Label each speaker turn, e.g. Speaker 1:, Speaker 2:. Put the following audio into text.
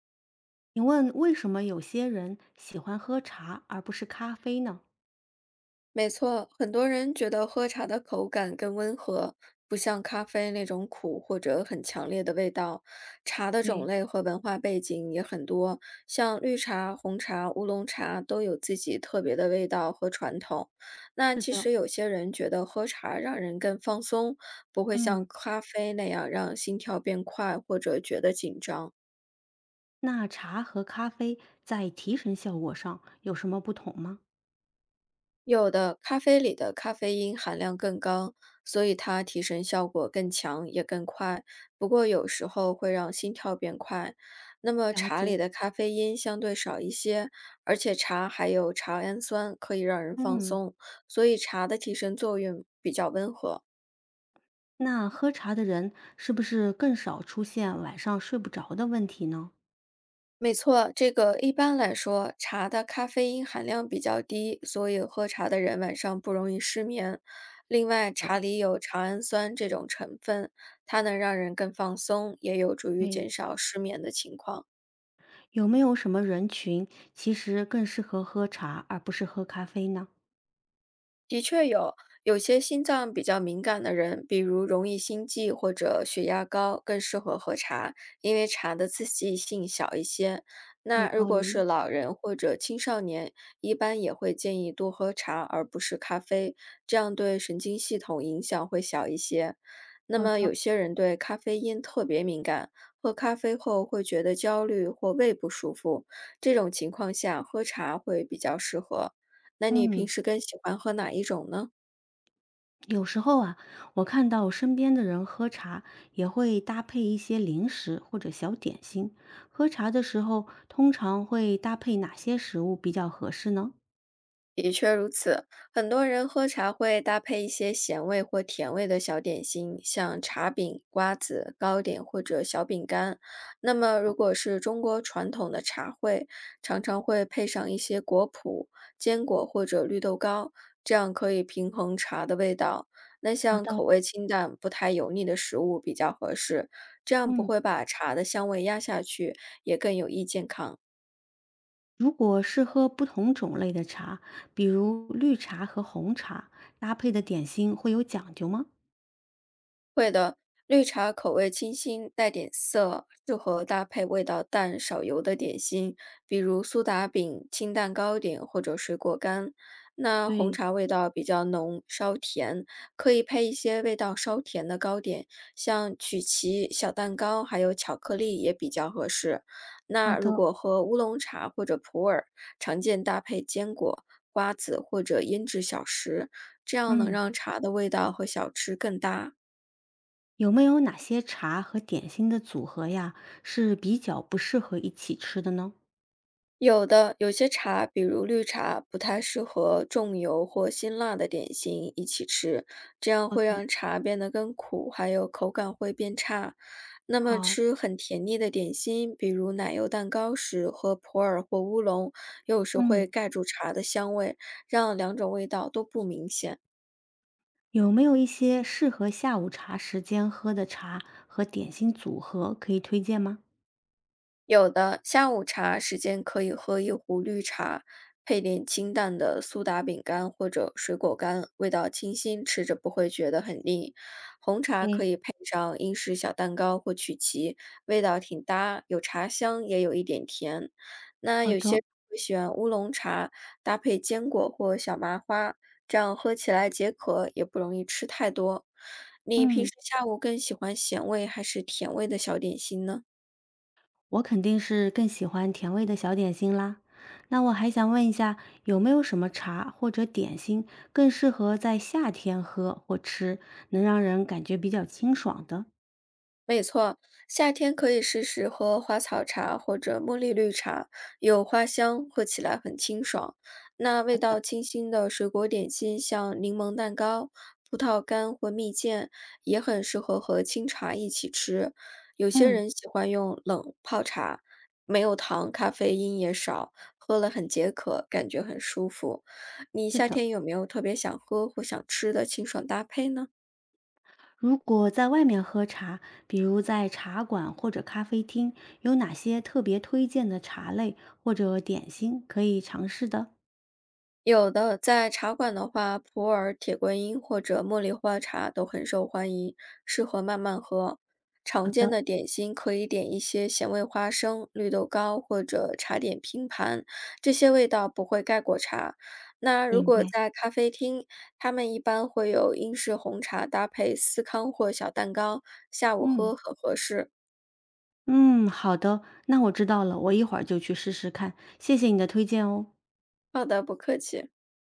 Speaker 1: 请问为什么有些人喜欢喝茶而不是咖啡呢？
Speaker 2: 没错，很多人觉得喝茶的口感更温和，不像咖啡那种苦或者很强烈的味道。茶的种
Speaker 1: 对，
Speaker 2: 类和文化背景也很多，像绿茶、红茶、乌龙茶都有自己特别的味道和传统。那
Speaker 1: 是
Speaker 2: 其
Speaker 1: 的，
Speaker 2: 实有些人觉得喝茶让人更放松，不会像
Speaker 1: 嗯，
Speaker 2: 咖啡那样让心跳变快或者觉得紧张。
Speaker 1: 那茶和咖啡在提神效果上有什么不同吗？
Speaker 2: 有的，咖啡里的咖啡因含量更高，所以它提神效果更强，也更快。不过有时候会让心跳变快。那么
Speaker 1: 了
Speaker 2: 茶
Speaker 1: 解。
Speaker 2: 里的咖啡因相对少一些，而且茶还有茶氨酸可以让人放
Speaker 1: 嗯，
Speaker 2: 松，所以茶的提神作用比较温和。
Speaker 1: 那喝茶的人是不是更少出现晚上睡不着的问题呢？
Speaker 2: 没错，这个一般来说，茶的咖啡因含量比较低，所以喝茶的人晚上不容易失眠。另外，
Speaker 1: 呃，
Speaker 2: 茶里有茶氨酸这种成分，它能让人更放松，也有助于
Speaker 1: 对，
Speaker 2: 减少失眠的情况。
Speaker 1: 有没有什么人群其实更适合喝茶而不是喝咖啡呢？
Speaker 2: 的确有，有些心脏比较敏感的人，比如容易心悸或者血压高，更适合喝茶，因为茶的刺激性小一些。
Speaker 1: 有
Speaker 2: 那如
Speaker 1: 道
Speaker 2: 果是
Speaker 1: 理。
Speaker 2: 老人或者青少年，一般也会建议多喝茶而不是咖啡，这样对神经系统影响会小一些。那
Speaker 1: 好
Speaker 2: 么
Speaker 1: 的，
Speaker 2: 有些人对咖啡因特别敏感，喝咖啡后会觉得焦虑或胃不舒服，这种情况下喝茶会比较适合。那你平
Speaker 1: 嗯。
Speaker 2: 时更喜欢喝哪一种呢？
Speaker 1: 有时候啊，我看到身边的人喝茶也会搭配一些零食或者小点心。喝茶的时候，通常会搭配哪些食物比较合适呢？
Speaker 2: 的确如此，很多人喝茶会搭配一些咸味或甜味的小点心，像茶饼、瓜子、糕点或者小饼干。那么，如果是中国传统的茶会，常常会配上一些果脯、坚果或者绿豆糕，这样可以平衡茶的味道。那像口味清淡、不太油腻的食物比较合适，这样不
Speaker 1: 嗯，
Speaker 2: 会把茶的香味压下去，也更有益健康。
Speaker 1: 如果是喝不同种类的茶，比如绿茶和红茶，搭配的点心会有讲究吗？
Speaker 2: 会的，绿茶口味清新，带点涩，适合搭配味道淡、少油的点心，比如苏打饼、清淡糕点或者水果干。那红
Speaker 1: 对，
Speaker 2: 茶味道比较浓，稍甜，可以配一些味道稍甜的糕点，像曲奇、小蛋糕，还有巧克力也比较合适。
Speaker 1: 好
Speaker 2: 那如
Speaker 1: 的。
Speaker 2: 果喝乌龙茶或者普洱，常见搭配坚果、瓜子或者腌制小食，这样能
Speaker 1: 嗯，
Speaker 2: 让茶的味道和小吃更搭。
Speaker 1: 有没有哪些茶和点心的组合呀，是比较不适合一起吃的呢？
Speaker 2: 有的，有些茶，比如绿茶，不太适合重油或辛辣的点心一起吃，这样
Speaker 1: 好
Speaker 2: 会
Speaker 1: 的，
Speaker 2: 让茶变得更苦，还有口感会变差。那么
Speaker 1: 好。
Speaker 2: 吃很甜腻的点心，比如奶油蛋糕时，喝普洱或乌龙，有时会
Speaker 1: 嗯。
Speaker 2: 盖住茶的香味，让两种味道都不明显。
Speaker 1: 有没有一些适合下午茶时间喝的茶和点心组合可以推荐吗？
Speaker 2: 有的，下午茶时间可以喝一壶绿茶，配点清淡的苏打饼干或者水果干，味道清新，吃着不会觉得很腻。红茶可
Speaker 1: 诶，
Speaker 2: 以配上英式小蛋糕或曲奇，味道挺搭，有茶香也有一点甜。那
Speaker 1: 好
Speaker 2: 有些
Speaker 1: 的，
Speaker 2: 人会喜欢乌龙茶，搭配坚果或小麻花，这样喝起来解渴，也不容易吃太多。你平
Speaker 1: 嗯，
Speaker 2: 时下午更喜欢咸味还是甜味的小点心呢？
Speaker 1: 我肯定是更喜欢甜味的小点心啦。那我还想问一下，有没有什么茶或者点心更适合在夏天喝或吃，能让人感觉比较清爽的？
Speaker 2: 没错，夏天可以试试喝花草茶或者茉莉绿茶，有花香，喝起来很清爽。那味道清新的水果点心，像柠檬蛋糕、葡萄干或蜜饯，也很适合和清茶一起吃。有些
Speaker 1: 嗯，
Speaker 2: 人喜欢用冷泡茶，没有糖，咖啡因也少，喝了很解渴，感觉很舒服。你
Speaker 1: 是
Speaker 2: 夏
Speaker 1: 的。
Speaker 2: 天有没有特别想喝或想吃的清爽搭配呢？
Speaker 1: 如果在外面喝茶，比如在茶馆或者咖啡厅，有哪些特别推荐的茶类或者点心可以尝试的？
Speaker 2: 有的，在茶馆的话，普洱铁观音或者茉莉花茶都很受欢迎，适合慢慢喝。
Speaker 1: 好
Speaker 2: 常见
Speaker 1: 的，
Speaker 2: 的点心可以点一些咸味花生、绿豆糕或者茶点拼盘，这些味道不会盖过茶。那如
Speaker 1: 明
Speaker 2: 果
Speaker 1: 白。
Speaker 2: 在咖啡厅，他们一般会有英式红茶搭配司康或小蛋糕，下午
Speaker 1: 嗯
Speaker 2: 喝很合适。
Speaker 1: 嗯，好的，那我知道了，我一会儿就去试试看。谢谢你的推荐哦。
Speaker 2: 好的，不客气。